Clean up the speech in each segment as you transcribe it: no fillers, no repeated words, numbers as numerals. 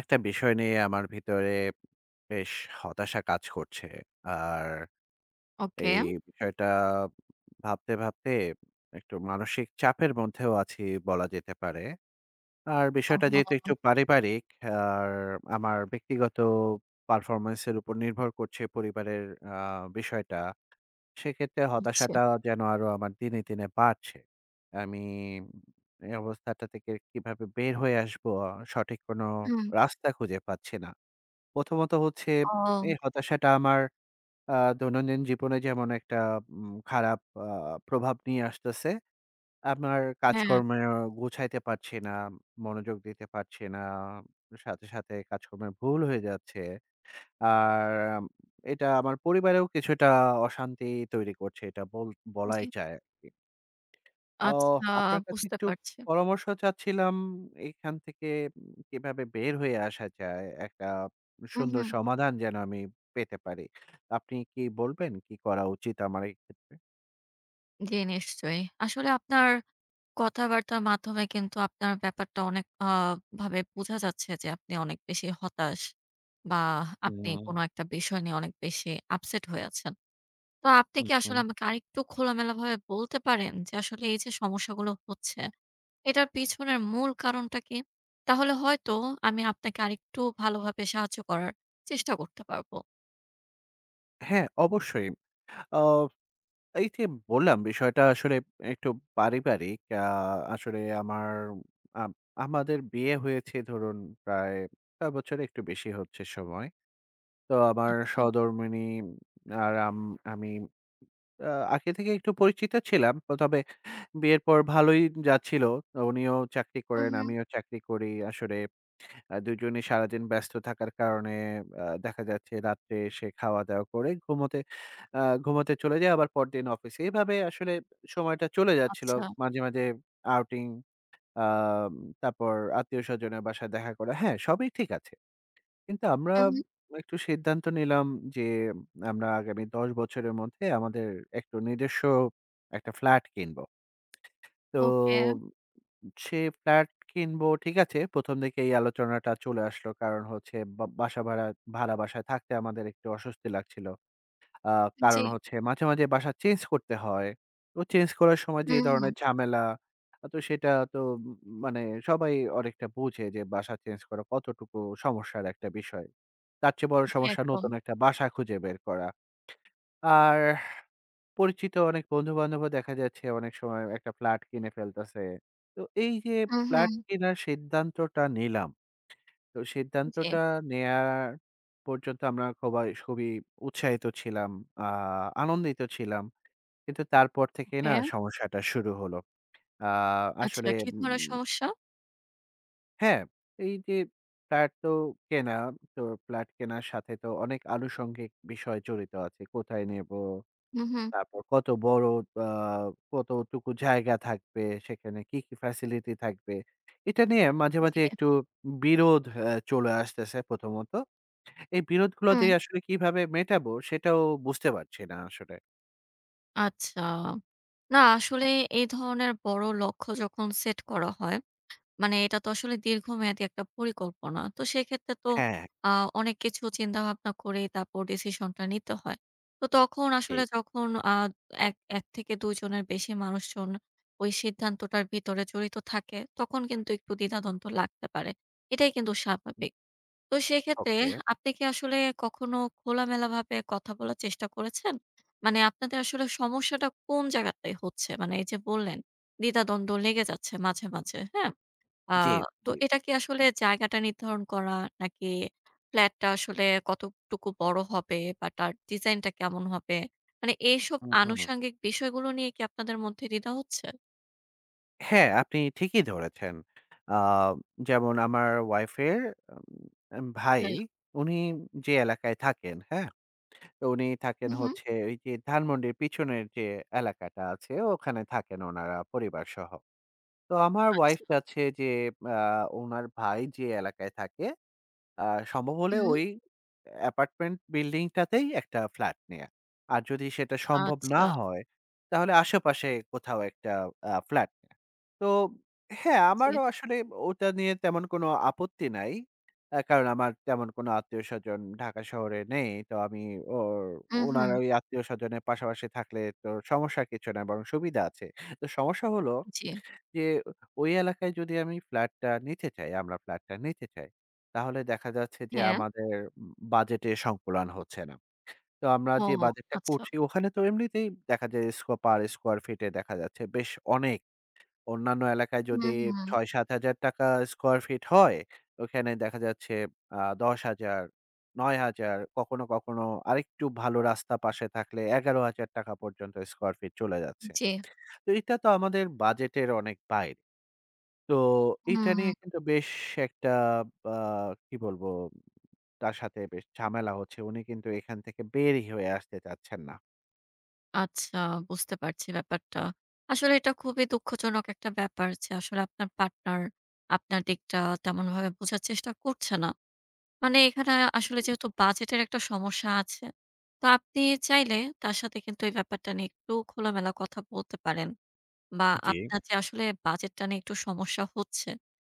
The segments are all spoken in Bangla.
একটা বিষয় নিয়ে আমার ভিতরে বেশ হতাশা কাজ করছে। আর ওকে। এই বিষয়টা ভাবতে, ভাবতে একটু মানসিক চাপের মধ্যেও আছি বলা যেতে পারে। আর হুম। বিষয়টা যেহেতু ও একটু পারিবারিক আর আমার ব্যক্তিগত পারফরম্যান্স এর উপর নির্ভর করছে পরিবারের আ বিষয়টা। সেক্ষেত্রে আচ্ছা। হতাশাটা যেন আরো আমার দিনে, দিনে বাড়ছে। আমি এই অবস্থাটা থেকে কিভাবে বের হয়ে আসবো সঠিক কোনো হুম। রাস্তা খুঁজে পাচ্ছি না। প্রথমত হচ্ছে এই ও হতাশাটা আমার আ দৈনন্দিন জীবনে যেমন একটা খারাপ আ প্রভাব নিয়ে আসতেছে। আমার হ্যাঁ, কাজকর্মে গুছাইতে পারছি না, মনোযোগ দিতে পারছি না। সাথে, সাথে কাজকর্মে ভুল হয়ে যাচ্ছে। আর উম, এটা আমার পরিবারেও কিছুটা অশান্তি তৈরি করছে। এটা জি। বলাই যায় আরকি। ও আচ্ছা, আপনার কাছে বুঝতে একটু পারছি। পরামর্শ চাচ্ছিলাম এখান থেকে কিভাবে বের হয়ে আসা যায়? একটা হুম, সুন্দর হুম। সমাধান যেন আমি পেতে পারি। আপনি কি বলবেন কি করা উচিত আমার এই ক্ষেত্রে? জি, নিশ্চয়ই। আসলে আপনার কথাবার্তার মাধ্যমে কিন্তু আপনার ব্যাপারটা অনেক ভাবে বোঝা যাচ্ছে যে আপনি অনেক বেশি হতাশ, বা আপনি হুম, কোনো একটা বিষয় নিয়ে অনেক বেশি আপসেট হয়ে আছেন। তো আপনি হুম, কি আসলে হুম। আমাকে আরেকটু খোলামেলাভাবে বলতে পারেন যে আসলে এই যে সমস্যাগুলো হচ্ছে, এটার পিছনের মূল কারণটা কি? তাহলে হয়তো আমি আপনাকে আরেকটু ভালোভাবে সাহায্য করার চেষ্টা করতে পারবো। হ্যাঁ, অবশ্যই। আ এই যে বললাম বিষয়টা আসলে একটু পারিবারিক। আসলে আমার আম আমাদের বিয়ে হয়েছে ধরুন প্রায় ৬ বছর একটু বেশি হচ্ছে সময়। তো আমার আচ্ছা। সহধর্মিণী আর আমি আ আগে থেকে একটু পরিচিত ছিলাম। তো তবে বিয়ের পর ভালোই যাচ্ছিল। উনিও চাকরি হুম, করেন, হুম। আমিও চাকরি করি। আসলে দুজনই সারাদিন ব্যস্ত থাকার কারণে দেখা যাচ্ছে রাত্রে এসে খাওয়া-দাওয়া করে ঘুমোতে চলে যাই, আবার পরদিন অফিসে। এভাবে আসলে সময়টা চলে যাচ্ছিল। আচ্ছা। মাঝে, মাঝে আউটিং আ তারপর আত্মীয়স্বজনের বাসায় দেখা করা। হ্যাঁ, সবই ঠিক আছে। কিন্তু আমরা হু, হু। একটু সিদ্ধান্ত নিলাম যে আমরা আগামী ১০ বছরের মধ্যে আমাদের একটু নিজস্ব একটা ফ্ল্যাট কিনবো। ওকে। তো সে ফ্ল্যাট কিনবো ঠিক আছে। ১ম দিকে এই আলোচনাটা চলে আসলো। কারণ হচ্ছে বাসা ভাড়া ভাড়া বাসায় থাকতে আমাদের একটু অস্বস্তি লাগছিল। আ জি। কারণ হচ্ছে মাঝে, মাঝে বাসা চেঞ্জ করতে হয়। তো চেঞ্জ করার সময় যে হুম, হুম। ধরনের ঝামেলা, তো সেটা তো উম মানে সবাই অনেকটা বোঝে যে বাসা চেঞ্জ করা কতটুকু সমস্যার একটা বিষয়। তার চেয়ে বড় জি, সমস্যা একদম। নতুন একটা বাসা খুঁজে বের করা। আর পরিচিত অনেক বন্ধু-বান্ধবও দেখা যাচ্ছে অনেক সময় একটা ফ্ল্যাট কিনে ফেলতেছে। তো এই যে হুম, ফ্ল্যাট হুম। কেনার সিদ্ধান্তটা নিলাম তো জি। সিদ্ধান্তটা নেয়া পর্যন্ত আমরা খুবই উৎসাহিত ছিলাম। আ আনন্দিত ছিলাম। কিন্তু তারপর থেকেই না ওকে। সমস্যাটা শুরু হলো। আ আচ্ছা, আসলে কি ধরনের উম সমস্যা? হ্যাঁ, এই যে ফ্ল্যাট তো কেনা, তো ফ্ল্যাট কেনার সাথে তো অনেক আনুষঙ্গিক বিষয় জড়িত আছে। কোথায় নেবো? হুম, হুম। তারপর কত বড় আ কতটুকু জায়গা থাকবে? সেখানে কি, কি ফ্যাসিলিটি থাকবে? এটা নিয়ে মাঝে, মাঝে জি। একটু বিরোধ চলে আসতেছে প্রথমত। এই বিরোধগুলো যে হুম। আসলে কিভাবে মেটাবো সেটাও বুঝতে পারছি না আসলে। আচ্ছা। না, আসলে এই ধরনের বড় লক্ষ্য যখন সেট করা হয়, মানে এটা তো আসলে দীর্ঘমেয়াদী একটা পরিকল্পনা। তো সেক্ষেত্রে তো হ্যাঁ, আ অনেক কিছু চিন্তাভাবনা করেই তারপর ডিসিশনটা নিতে হয়। তো তখন জি, আসলে যখন আ এক ১ থেকে ২ জনের বেশি মানুষজন ওই সিদ্ধান্তটার ভিতরে জড়িত থাকে, তখন কিন্তু একটু দ্বিধাদ্বন্দ্ব লাগতে পারে। এটাই কিন্তু স্বাভাবিক। তো সেক্ষেত্রে ওকে। আপনি কি আসলে কখনো খোলামেলাভাবে কথা বলার চেষ্টা করেছেন? মানে আপনাদের আসলে সমস্যাটা কোন জায়গাটায় হচ্ছে? মানে এই যে বললেন দ্বিধাদ্বন্দ্ব লেগে যাচ্ছে মাঝে, মাঝে, হ্যাঁ? আ জি, তো জি। এটা কি আসলে জায়গাটা নির্ধারণ করা, নাকি ফ্ল্যাটটা আসলে কতটুকু বড় হবে বা তার ডিজাইনটা কেমন হবে? মানে এইসব হুম, হুম। আনুষঙ্গিক বিষয়গুলো নিয়ে কি আপনাদের মধ্যে দ্বিধা হচ্ছে? হ্যাঁ, আপনি ঠিকই ধরেছেন। আ যেমন আমার ওয়াইফের ভাই, হ্যাঁ। উনি যে এলাকায় থাকেন, হ্যাঁ? তো উনি হু, থাকেন হু। হচ্ছে ওই যে ধানমন্ডির পিছনের যে এলাকাটা আছে, ওখানে থাকেন ওনারা পরিবারসহ। তো আমার ওয়াইফ আচ্ছা। চাচ্ছে যে আ উনার ভাই যে এলাকায় থাকে আ সম্ভব হলে হুম। হুম। ওই অ্যাপার্টমেন্ট বিল্ডিংটাতেই একটা ফ্ল্যাট নেয়া। আর যদি সেটা সম্ভব না আচ্ছা। হয়, তাহলে আশেপাশে কোথাও একটা ফ্ল্যাট নেয়া। তো হ্যাঁ, জি। আমারও আসলে ওটা নিয়ে তেমন কোনো আপত্তি নাই। কারণ আমার তেমন কোনো আত্মীয়স্বজন ঢাকা শহরে নেই। তো আমি ও হুম, উনার হুম। ওই আত্মীয়স্বজনের পাশাপাশি থাকলে তো সমস্যা কিছু না বরং সুবিধা আছে। তো সমস্যা হলো জি। যে ওই এলাকায় যদি আমি ফ্ল্যাটটা নিতে চাই, আমরা ফ্ল্যাটটা নিতে চাই তাহলে দেখা যাচ্ছে যে হ্যাঁ। আমাদের বাজেটে সংকুলান হচ্ছে না। তো আমরা ও যে বাজেটটা আচ্ছা। করছি ওখানে তো এমনিতেই দেখা যায় স্কোয়ার ফিটে দেখা যাচ্ছে বেশ অনেক। অন্যান্য এলাকায় হুম, যদি হুম। ৳৬,০০০-৭,০০০ স্কোয়ার ফিট হয়, ওখানে দেখা যাচ্ছে ১০,০০০, ৯,০০০ কখনো, কখনো আরেকটু ভালো রাস্তা পাশে থাকলে ৳১১,০০০ পর্যন্ত স্কোয়ার ফিট চলে যাচ্ছে। জি। তো এটা তো আমাদের বাজেটের অনেক বাইরে। তো এটা হুম। নিয়ে কিন্তু বেশ একটা আ কি বলবো তার সাথে বেশ ঝামেলা হচ্ছে। উনি কিন্তু এখান থেকে বেরই হয়ে আসতে চাচ্ছেন না। আচ্ছা, বুঝতে পারছি ব্যাপারটা। আসলে এটা খুবই দুঃখজনক একটা ব্যাপার যে আসলে আপনার পার্টনার আপনার দিকটা তেমনভাবে বোঝার চেষ্টা করছে না। মানে এখানে আসলে হুম, যেহেতু বাজেটের একটা সমস্যা আছে, তো আপনি চাইলে তার সাথে কিন্তু এই ব্যাপারটা নিয়ে একটু খোলামেলা কথা বলতে পারেন। বা জি। আপনার যে আসলে বাজেটটা নিয়ে একটু সমস্যা হচ্ছে,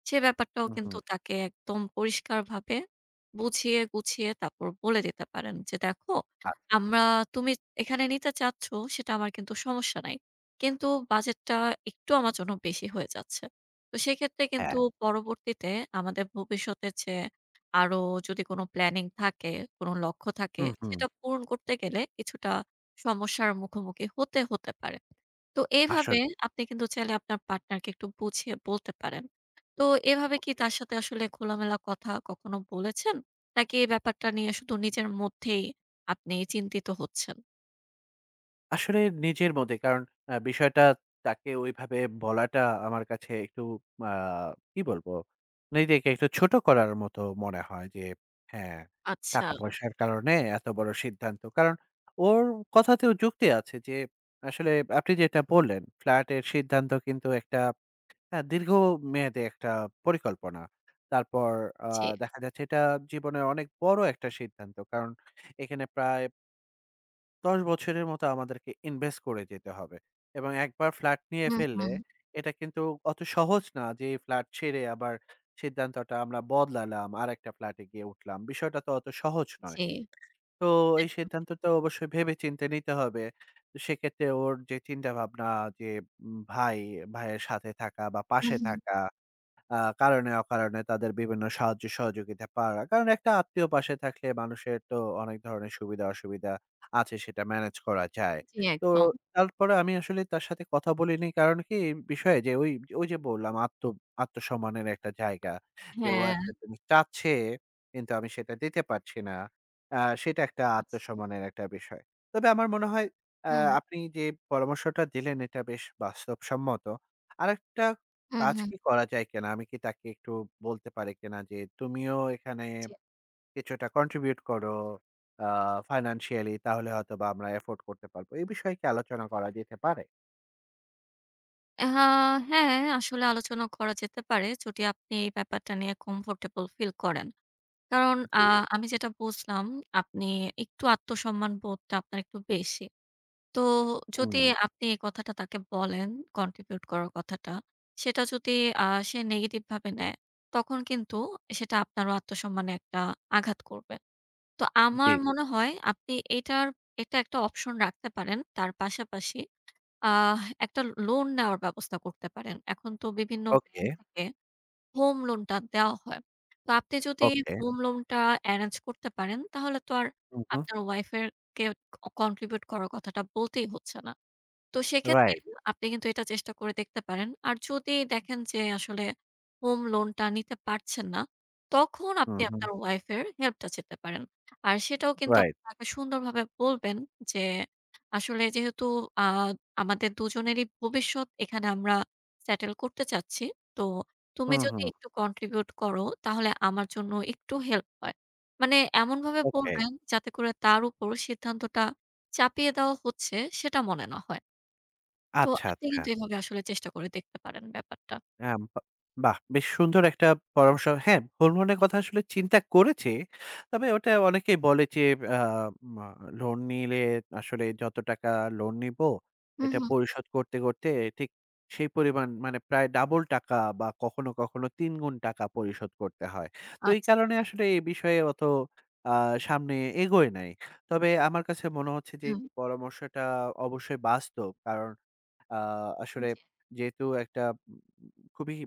সে ব্যাপারটাও হুম, কিন্তু হুম। তাকে একদম পরিষ্কারভাবে বুঝিয়ে গুছিয়ে তারপর বলে দিতে পারেন যে, "দেখো, আচ্ছা। আমরা তুমি এখানে নিতে চাচ্ছ সেটা আমার কিন্তু সমস্যা নাই। কিন্তু বাজেটটা একটু আমার জন্য বেশি হয়ে যাচ্ছে।" তো সেক্ষেত্রে কিন্তু হ্যাঁ। পরবর্তীতে আমাদের ভবিষ্যতে যে আরো যদি কোনো প্ল্যানিং থাকে, কোনো লক্ষ্য থাকে, হুম, হুম। সেটা পূরণ করতে গেলে কিছুটা সমস্যার মুখোমুখি হতে পারে। তো এভাবে আসলেই। আপনি কিন্তু চাইলে আপনার পার্টনারকে একটু বুঝিয়ে বলতে পারেন। তো এভাবে কি ওকে। তার সাথে আসলে খোলামেলা কথা কখনো বলেছেন? নাকি এই ব্যাপারটা নিয়ে শুধু নিজের মধ্যেই আপনি চিন্তিত হচ্ছেন? আসলে নিজের মধ্যে কারণ বিষয়টা তাকে ওইভাবে বলাটা আমার কাছে একটু আ কি বলবো? নিজেকে একটু ছোট করার মতো মনে হয় যে হ্যাঁ, আচ্ছা। টাকা-পয়সার কারণে এত বড় সিদ্ধান্ত। কারণ ওর কথাতেও যুক্তি আছে যে আসলে আপনি যেটা হুম, হুম। বললেন, ফ্ল্যাটের সিদ্ধান্ত কিন্তু একটা হ্যাঁ, দীর্ঘ মেয়াদে একটা পরিকল্পনা। তারপর আ জি। দেখা যাচ্ছে এটা জীবনের অনেক বড় একটা সিদ্ধান্ত। কারণ এখানে প্রায় ১০ বছরের মতো আমাদেরকে ইনভেস্ট করে যেতে হবে। এবং একবার ফ্ল্যাট নিয়ে হুম, ফেললে হুম। এটা কিন্তু অত সহজ না যে ফ্ল্যাট ছেড়ে আবার সিদ্ধান্তটা আমরা বদলালাম, আরেকটা ফ্ল্যাটে গিয়ে উঠলাম। বিষয়টা তো অত সহজ নয়। জি, তো এই একদম। সিদ্ধান্তটা অবশ্যই ভেবেচিন্তে নিতে হবে। তো সেক্ষেত্রে ওর যে চিন্তাভাবনা যে উম ভাই, ভাইয়ের সাথে থাকা বা হুম, পাশে হুম। থাকা আ কারণে অকারণে তাদের বিভিন্ন সাহায্য সহযোগিতা পাওয়া। কারণ একটা আত্মীয় পাশে থাকলে মানুষের তো অনেক ধরনের সুবিধা-অসুবিধা আছে সেটা ম্যানেজ করা যায়। জি, তো একদম। তারপরে আমি আসলে তার সাথে কথা বলিনি কারণ কি এই বিষয়ে যে ওই যে বললাম আত্মসম্মানের একটা জায়গা। যে ও হ্যাঁ, একটা জিনিস চাচ্ছে কিন্তু আমি সেটা দিতে পারছি না। আ সেটা একটা আচ্ছা। আত্মসম্মানের একটা বিষয়। তবে আমার মনে হয় আ হুম, আপনি যে পরামর্শটা দিলেন এটা বেশ বাস্তবসম্মত। আরেকটা হুম, কাজ হুম। কি করা যায় কিনা? আমি কি তাকে একটু বলতে পারি কিনা যে, "তুমিও এখানে জি। কিছুটা কন্ট্রিবিউট করো আ ফাইন্যান্সিয়ালি তাহলে হয়তোবা আমরা এফোর্ড করতে পারবো।" এই বিষয়ে কি আলোচনা করা যেতে পারে? হা হ্যাঁ, আসলে আলোচনা করা যেতে পারে যদি আপনি এই ব্যাপারটা নিয়ে কমফোর্টেবল ফিল করেন। কারণ জি, আমি যেটা বুঝলাম, আপনি একটু আত্মসম্মান বোধটা আপনার একটু বেশি। তো হুম, যদি আপনি এই কথাটা তাকে বলেন, কন্ট্রিবিউট করার কথাটা, সেটা যদি আ সে নেগেটিভ ভাবে নেয়, তখন কিন্তু সেটা আপনারও আত্মসম্মানে একটা আঘাত করবে। তো জি, আমার মনে হয় আপনি এটা একটা অপশন রাখতে পারেন। তার পাশাপাশি আহ একটা লোন নেওয়ার ব্যবস্থা করতে পারেন। এখন তো বিভিন্ন ওকে, ব্যাংক থাকে, হোম লোনটা দেওয়া হয়। তো আপনি যদি ওকে, হোম লোনটা এরেঞ্জ করতে পারেন, তাহলে তো আর হু, হু, আপনার ওয়াইফের কে ক কন্ট্রিবিউট করার কথাটা বলতেই হচ্ছে না। তো সেক্ষেত্রে রাইট, আপনি কিন্তু এটা চেষ্টা করে দেখতে পারেন। আর যদি দেখেন যে আসলে হোম লোনটা নিতে পারছেন না, তখন হু, আপনি হু, আপনার ওয়াইফের হেল্পটা চেতে পারেন। আর সেটাও কিন্তু রাইট, আপনি তাকে সুন্দরভাবে বলবেন যে, আসলে যেহেতু আ আমাদের দুজনেরই ভবিষ্যৎ এখানে আমরা সেটেল করতে চাচ্ছি। তো হু, তুমি হু, যদি একটু কন্ট্রিবিউট করো, তাহলে আমার জন্য একটু হেল্প হয়। মানে এমনভাবে ওকে, বলবেন যাতে করে তার উপর সিদ্ধান্তটা চাপিয়ে দেওয়া হচ্ছে সেটা মনে না হয়। তো আচ্ছা, আপনি আচ্ছা। কিন্তু এভাবে আসলে চেষ্টা করে দেখতে পারেন ব্যাপারটা। আম বা বাহ! বেশ সুন্দর একটা পরামর্শ। হ্যাঁ, হোম লোনের কথা আসলে চিন্তা করেছি। তবে ওটা অনেকেই বলে যে আ মা লোন নিলে আসলে যত টাকা লোন নিবো, হু, এটা হু। পরিশোধ করতে, করতে ঠিক সেই পরিমাণ মানে প্রায় ডাবল টাকা বা কখনো, কখনো ৩ গুণ টাকা পরিশোধ করতে হয়। তো এই আচ্ছা, কারণে আসলে এই বিষয়ে অত আ সামনে এগোই নাই। তবে আমার কাছে মনে হচ্ছে যে হুম। পরামর্শটা অবশ্যই বাস্তব। কারণ আ আসলে জি, যেহেতু একটা খুবই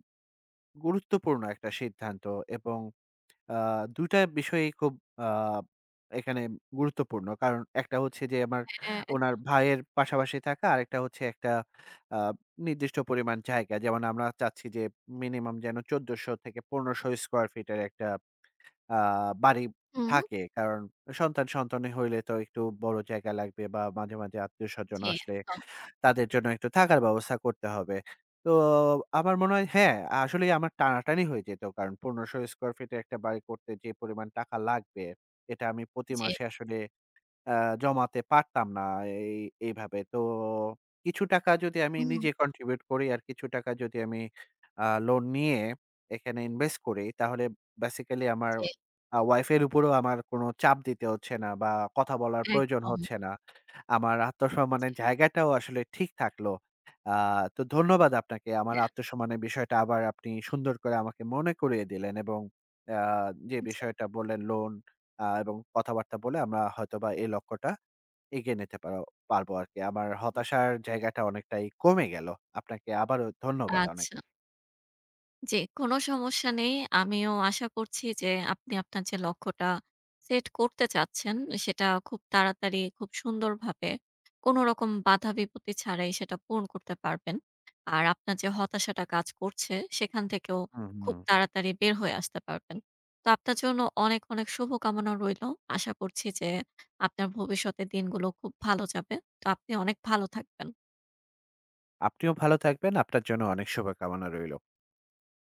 গুরুত্বপূর্ণ একটা সিদ্ধান্ত এবং আ ২ টা বিষয়ই খুব আ এখানে গুরুত্বপূর্ণ। কারণ একটা হচ্ছে যে আমার হ্যাঁ, উনার একদম। ভাইয়ের পাশাপাশি থাকা, আরেকটা হচ্ছে একটা আ নির্দিষ্ট পরিমাণ জায়গা। যেমন আমরা চাচ্ছি যে মিনিমাম যেন ১৪০০ থেকে ১৫০০ স্কয়ার ফিটের একটা আ বাড়ি হুম। থাকে। কারণ সন্তান-সন্তানি হইলে তো একটু বড় জায়গা লাগবে বা মাঝে, মাঝে আত্মীয়স্বজন জি, আসলে একদম। তাদের জন্য একটু থাকার ব্যবস্থা করতে হবে। তো আমার মনে হয় হ্যাঁ, আসলেই আমার টানাটানি হয়ে যেত। কারণ ১৫০০ স্কয়ার ফিটে একটা বাড়ি করতে যে পরিমাণ টাকা লাগবে, এটা আমি প্রতি জি, মাসে আসলে আ জমাতে পারতাম না এই এইভাবে। তো কিছু টাকা যদি আমি হুম, নিজে কন্ট্রিবিউট করি আর কিছু টাকা যদি আমি লোন নিয়ে এখানে ইনভেস্ট করি তাহলে বেসিক্যালি আমার জি, ওয়াইফের উপরেও আমার কোনো চাপ দিতে হচ্ছে না বা কথা বলার প্রয়োজন একদম। হচ্ছে না। আমার জি, আত্মসম্মানের জায়গাটাও আসলে ঠিক থাকলো। আ তো ধন্যবাদ আপনাকে। আমার আত্মসম্মানের বিষয়টা আবার আপনি সুন্দর করে আমাকে মনে করিয়ে দিলেন এবং আ যে জি, বিষয়টা বললেন লোন এবং কথাবার্তা বলে আমরা হয়তোবা এই লক্ষ্যটা এগিয়ে নিতে পারবো আরকি। আমার হতাশার জায়গাটা অনেকটাই কমে গেল। আপনাকে আবারও ধন্যবাদ অনেক। আচ্ছা। জি, কোনো সমস্যা নেই। আমিও আশা করছি যে আপনি আপনার যে লক্ষ্যটা সেট করতে চাচ্ছেন, সেটা খুব তাড়াতাড়ি, খুব সুন্দরভাবে, কোনোরকম বাধা বিপত্তি ছাড়াই সেটা পূরণ করতে পারবেন। আর আপনার যে হতাশাটা কাজ করছে, সেখান থেকেও হুম, খুব হুম। তাড়াতাড়ি বের হয়ে আসতে পারবেন। তো আপনার জন্য অনেক, অনেক শুভকামনা রইলো। আশা করছি যে আপনার ভবিষ্যতের দিনগুলো খুব ভালো যাবে। তো আপনি অনেক ভালো থাকবেন। আপনিও ভালো থাকবেন। আপনার জন্য অনেক শুভকামনা রইল।